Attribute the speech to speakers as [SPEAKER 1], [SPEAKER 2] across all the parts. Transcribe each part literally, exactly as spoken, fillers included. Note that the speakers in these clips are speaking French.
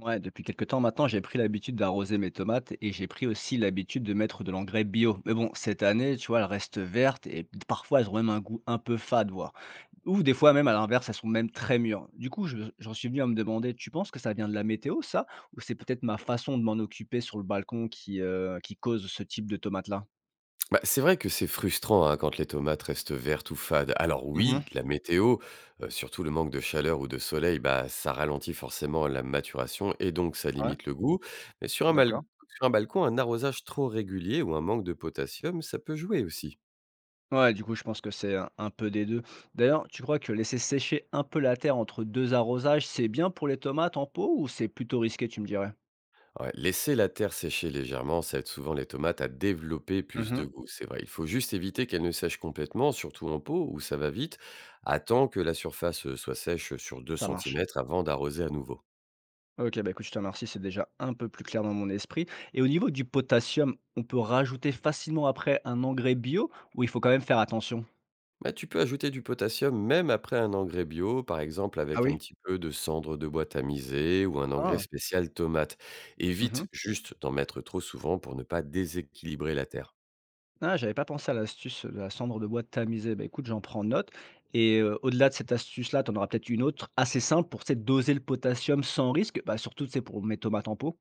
[SPEAKER 1] Ouais, depuis quelques temps maintenant, j'ai pris l'habitude d'arroser mes tomates et j'ai pris aussi l'habitude de mettre de l'engrais bio. Mais bon, cette année, tu vois, elles restent vertes et parfois elles ont même un goût un peu fade, voire. Ou des fois même, à l'inverse, elles sont même très mûres. Du coup, je- j'en suis venu à me demander, tu penses que ça vient de la météo, ça? Ou c'est peut-être ma façon de m'en occuper sur le balcon qui, euh, qui cause ce type de tomates-là?
[SPEAKER 2] Bah, c'est vrai que c'est frustrant hein, quand les tomates restent vertes ou fades. Alors
[SPEAKER 1] Mhm.
[SPEAKER 2] oui, la météo, euh, surtout le manque de chaleur ou de soleil, bah, ça ralentit forcément la maturation et donc ça
[SPEAKER 1] Ouais,
[SPEAKER 2] limite le goût. Mais sur un, mal-
[SPEAKER 1] d'accord.
[SPEAKER 2] Sur un balcon, un arrosage trop régulier ou un manque de potassium, ça peut jouer aussi.
[SPEAKER 1] Ouais, du coup, je pense que c'est un un peu des deux. D'ailleurs, tu crois que laisser sécher un peu la terre entre deux arrosages, c'est bien pour les tomates en pot ou c'est plutôt risqué, tu me dirais?
[SPEAKER 2] Ouais, laisser la terre sécher légèrement, ça aide souvent les tomates à développer plus
[SPEAKER 1] Mhm.
[SPEAKER 2] de goût, c'est vrai. Il faut juste éviter qu'elles ne sèchent complètement, surtout en pot où ça va vite. Attends que la surface euh, soit sèche sur deux
[SPEAKER 1] Ça marche.
[SPEAKER 2] centimètres avant d'arroser à nouveau.
[SPEAKER 1] OK, bah, écoute, je te remercie, c'est déjà un peu plus clair dans mon esprit et au niveau du potassium, on peut rajouter facilement après un engrais bio ou il faut quand même faire attention?
[SPEAKER 2] Bah, tu peux ajouter du potassium même après un engrais bio, par exemple
[SPEAKER 1] Ah
[SPEAKER 2] avec un
[SPEAKER 1] oui?
[SPEAKER 2] petit peu de cendre de bois tamisée ou un engrais
[SPEAKER 1] Ah.
[SPEAKER 2] spécial tomate.
[SPEAKER 1] Mmh.
[SPEAKER 2] Évite juste d'en mettre trop souvent pour ne pas déséquilibrer la terre.
[SPEAKER 1] Ah, j'avais pas pensé à l'astuce de la cendre de bois tamisée. Bah, écoute, j'en prends note. Et euh, au-delà de cette astuce-là, tu en auras peut-être une autre assez simple pour tu sais, doser le potassium sans risque, bah, surtout tu sais, pour mes tomates en pot.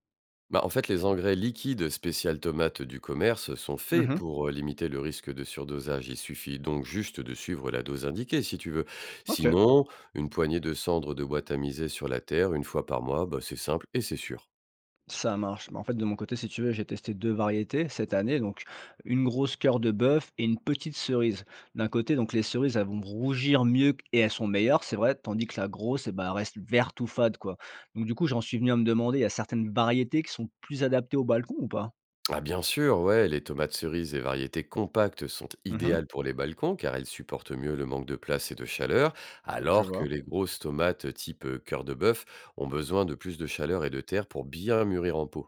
[SPEAKER 2] Bah, en fait, les engrais liquides spécial tomate du commerce sont faits
[SPEAKER 1] Mhm.
[SPEAKER 2] pour euh, limiter le risque de surdosage. Il suffit donc juste de suivre la dose indiquée si tu veux.
[SPEAKER 1] Ok,
[SPEAKER 2] Sinon, une poignée de cendre de bois tamisée sur la terre une fois par mois, bah, c'est simple et c'est sûr.
[SPEAKER 1] ça marche. Bah, en fait, de mon côté, si tu veux, j'ai testé deux variétés cette année, donc une grosse cœur de bœuf et une petite cerise. D'un côté, donc les cerises, elles vont rougir mieux et elles sont meilleures, c'est vrai, tandis que la grosse, eh ben, elle reste verte ou fade, quoi. Donc du coup, j'en suis venu à me demander, il y a certaines variétés qui sont plus adaptées au balcon ou pas?
[SPEAKER 2] Ah bien sûr, ouais, les tomates cerises et variétés compactes sont
[SPEAKER 1] Mhm.
[SPEAKER 2] idéales pour les balcons car elles supportent mieux le manque de place et de chaleur,
[SPEAKER 1] Je
[SPEAKER 2] alors que
[SPEAKER 1] vois.
[SPEAKER 2] les grosses tomates type euh, cœur de bœuf ont besoin de plus de chaleur et de terre pour bien mûrir en pot.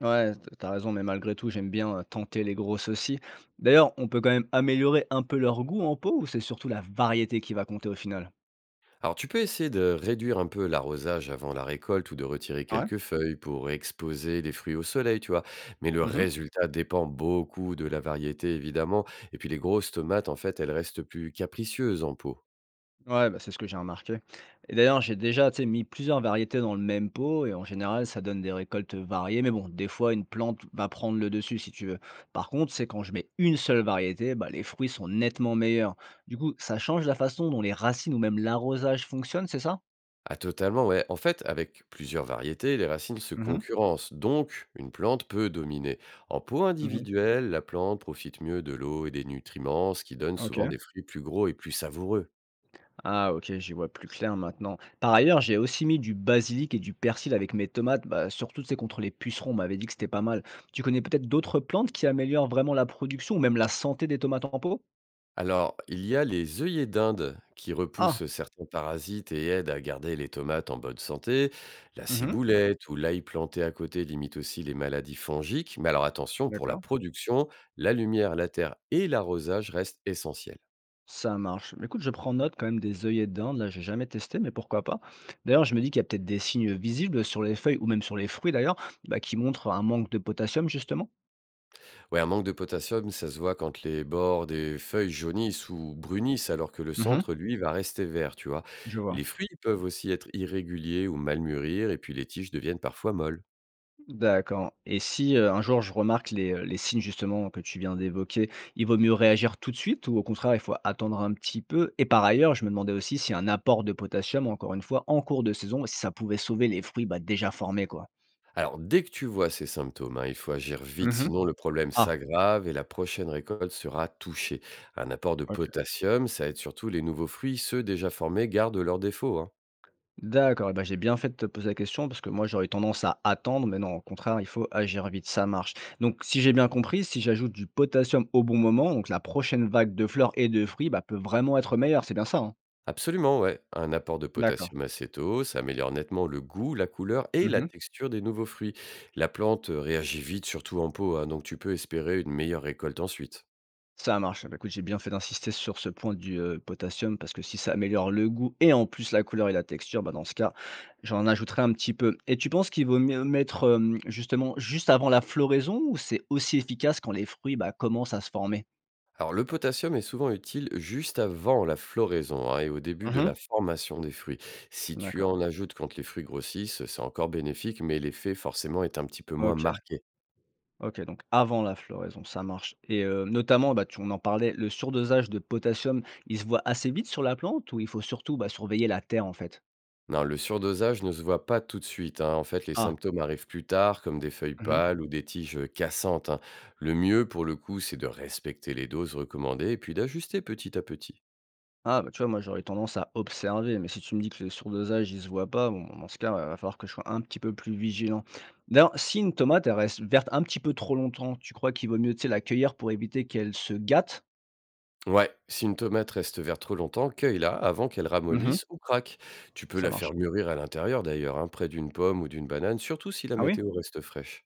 [SPEAKER 1] Ouais, t tu raison, mais malgré tout, j'aime bien, heu, tenter les grosses aussi. D'ailleurs, on peut quand même améliorer un peu leur goût en pot ou c'est surtout la variété qui va compter au final?
[SPEAKER 2] Alors tu peux essayer de réduire un peu l'arrosage avant la récolte ou de retirer
[SPEAKER 1] Ouais.
[SPEAKER 2] quelques feuilles pour exposer les fruits au soleil, tu vois. Mais le
[SPEAKER 1] Mmh.
[SPEAKER 2] résultat dépend beaucoup de la variété évidemment. Et puis les grosses tomates, en fait, elles restent plus capricieuses en pot.
[SPEAKER 1] Ouais, bah, c'est ce que j'ai remarqué et d'ailleurs, j'ai déjà, tu sais, mis plusieurs variétés dans le même pot et en général, ça donne des récoltes variées, mais bon, des fois, une plante va prendre le dessus si tu veux. Par contre, c'est quand je mets une seule variété, bah, les fruits sont nettement meilleurs. Du coup, ça change la façon dont les racines ou même l'arrosage fonctionnent, c'est ça?
[SPEAKER 2] Ah totalement, ouais. En fait, avec plusieurs variétés, les racines se
[SPEAKER 1] Mmh mh.
[SPEAKER 2] concurrencent, donc une plante peut dominer. En pot
[SPEAKER 1] Mmh mh.
[SPEAKER 2] individuel, la plante profite mieux de l'eau et des nutriments, ce qui donne souvent
[SPEAKER 1] OK.
[SPEAKER 2] des fruits plus gros et plus savoureux.
[SPEAKER 1] Ah OK, j'y vois plus clair maintenant. Par ailleurs, j'ai aussi mis du basilic et du persil avec mes tomates, bah, surtout, c'est contre les pucerons, on m'avait dit que c'était pas mal. Tu connais peut-être d'autres plantes qui améliorent vraiment la production ou même la santé des tomates en pot?
[SPEAKER 2] Alors, il y a les œillets d'Inde qui
[SPEAKER 1] Ah,
[SPEAKER 2] repoussent certains parasites et aident à garder les tomates en bonne santé. La
[SPEAKER 1] mhm.
[SPEAKER 2] ciboulette ou l'ail planté à côté limite aussi les maladies fongiques. Mais alors attention, pour la
[SPEAKER 1] D'accord.
[SPEAKER 2] production, la lumière, la terre et l'arrosage restent essentiels.
[SPEAKER 1] Ça marche. Mais écoute, je prends note quand même des œillets d'Inde. Là, j'ai jamais testé, mais pourquoi pas. D'ailleurs, je me dis qu'il y a peut-être des signes visibles sur les feuilles ou même sur les fruits d'ailleurs, bah, qui montrent un manque de potassium justement.
[SPEAKER 2] Ouais, un manque de potassium, ça se voit quand les bords des feuilles jaunissent ou brunissent, alors que le
[SPEAKER 1] Mhm,
[SPEAKER 2] centre, lui, va rester vert, tu vois.
[SPEAKER 1] je vois.
[SPEAKER 2] Les fruits peuvent aussi être irréguliers ou mal mûrir, et puis les tiges deviennent parfois molles.
[SPEAKER 1] D'accord et si, heu, un jour je remarque les, heu, les signes justement que tu viens d'évoquer, il vaut mieux réagir tout de suite ou au contraire il faut attendre un petit peu? Et par ailleurs, je me demandais aussi si un apport de potassium, encore une fois, en cours de saison, si ça pouvait sauver les fruits, bah, déjà formés quoi?
[SPEAKER 2] Alors, dès que tu vois ces symptômes, hein, il faut agir vite,
[SPEAKER 1] Mmh.
[SPEAKER 2] sinon le problème
[SPEAKER 1] Ah,
[SPEAKER 2] s'aggrave et la prochaine récolte sera touchée. Un apport de
[SPEAKER 1] OK.
[SPEAKER 2] potassium, ça aide surtout les nouveaux fruits, ceux déjà formés gardent leurs défauts, hein.
[SPEAKER 1] D'accord et ben j'ai bien fait de te poser la question parce que moi j'aurais tendance à attendre, mais non, au contraire, il faut agir vite, ça marche. Donc si j'ai bien compris, si j'ajoute du potassium au bon moment, donc la prochaine vague de fleurs et de fruits, bah, peut vraiment être meilleure, c'est bien ça, hein?
[SPEAKER 2] Absolument, ouais. Un apport de
[SPEAKER 1] D'accord.
[SPEAKER 2] potassium acéto, ça améliore nettement le goût, la couleur et la
[SPEAKER 1] Mmh.
[SPEAKER 2] texture des nouveaux fruits. La plante euh, réagit vite, surtout en pot, hein, donc tu peux espérer une meilleure récolte ensuite.
[SPEAKER 1] Ça marche. Bah, écoute, j'ai bien fait d'insister sur ce point du, heu, potassium parce que si ça améliore le goût et en plus la couleur et la texture, bah, dans ce cas, j'en ajouterai un petit peu et tu penses qu'il vaut mieux mettre, hem, justement juste avant la floraison ou c'est aussi efficace quand les fruits, bah, commencent à se former?
[SPEAKER 2] Alors le potassium est souvent utile juste avant la floraison hein, et au début de la
[SPEAKER 1] Mmh.
[SPEAKER 2] formation des fruits. Si tu
[SPEAKER 1] D'accord.
[SPEAKER 2] en ajoutes quand les fruits grossissent, c'est encore bénéfique, mais l'effet forcément est un petit peu moins
[SPEAKER 1] OK,
[SPEAKER 2] marqué.
[SPEAKER 1] OK, donc avant la floraison, ça marche et heu, notamment, bah, tu on en parlait, le surdosage de potassium, il se voit assez vite sur la plante ou il faut surtout, bah, surveiller la terre, en fait?
[SPEAKER 2] Non, le surdosage ne se voit pas tout de suite, hein. En fait, les
[SPEAKER 1] Ah.
[SPEAKER 2] symptômes arrivent plus tard, comme des feuilles
[SPEAKER 1] Mmh.
[SPEAKER 2] pâles ou des tiges euh, cassantes, hein. Le mieux, pour le coup, c'est de respecter les doses recommandées et puis d'ajuster petit à petit.
[SPEAKER 1] Ah bah, tu vois, moi, j'aurais tendance à observer, mais si tu me dis que le surdosage, il se voit pas, bon, dans ce cas, il va falloir que je sois un petit peu plus vigilant. D'ailleurs, si une tomate, elle reste verte un petit peu trop longtemps, tu crois qu'il vaut mieux, tu sais, la cueillir pour éviter qu'elle se gâte?
[SPEAKER 2] Ouais, si une tomate reste verte trop longtemps, cueille-la avant qu'elle
[SPEAKER 1] Mmh.
[SPEAKER 2] ramollisse ou craque. Tu peux
[SPEAKER 1] Ça
[SPEAKER 2] la
[SPEAKER 1] marche.
[SPEAKER 2] faire mûrir à l'intérieur d'ailleurs, hein, près d'une pomme ou d'une banane, surtout si la
[SPEAKER 1] Ah oui?
[SPEAKER 2] météo reste fraîche.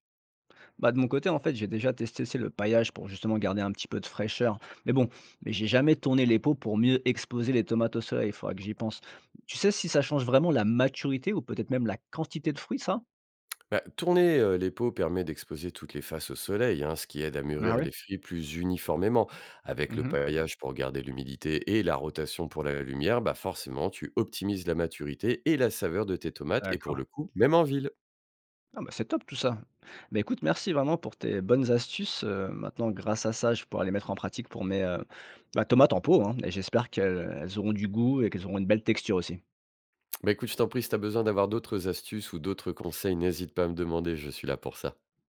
[SPEAKER 1] Bah, de mon côté, en fait, j'ai déjà testé, c'est le paillage pour justement garder un petit peu de fraîcheur. Mais bon, mais j'ai jamais tourné les pots pour mieux exposer les tomates au soleil, il faudra que j'y pense. Tu sais si ça change vraiment la maturité ou peut-être même la quantité de fruits, ça?
[SPEAKER 2] Bah, tourner euh, les peaux permet d'exposer toutes les faces au soleil, hein, ce qui aide à
[SPEAKER 1] Ah
[SPEAKER 2] mûrir
[SPEAKER 1] oui?
[SPEAKER 2] les fruits plus uniformément. Avec le
[SPEAKER 1] Mmh.
[SPEAKER 2] paillage pour garder l'humidité et la rotation pour la lumière, bah forcément, tu optimises la maturité et la saveur de tes tomates, et pour
[SPEAKER 1] D'accord.
[SPEAKER 2] le coup, même en ville.
[SPEAKER 1] Ah bah, c'est top tout ça. Bah, écoute, merci vraiment pour tes bonnes astuces. Heu, maintenant grâce à ça, je vais les mettre en pratique pour mes, heu, bah, tomates en pot, hein et j'espère qu'elles elles auront du goût et qu'elles auront une belle texture aussi.
[SPEAKER 2] Bah écoute, je t'en prie, si t'as besoin d'avoir d'autres astuces ou d'autres conseils, n'hésite pas à me demander, je suis là pour ça.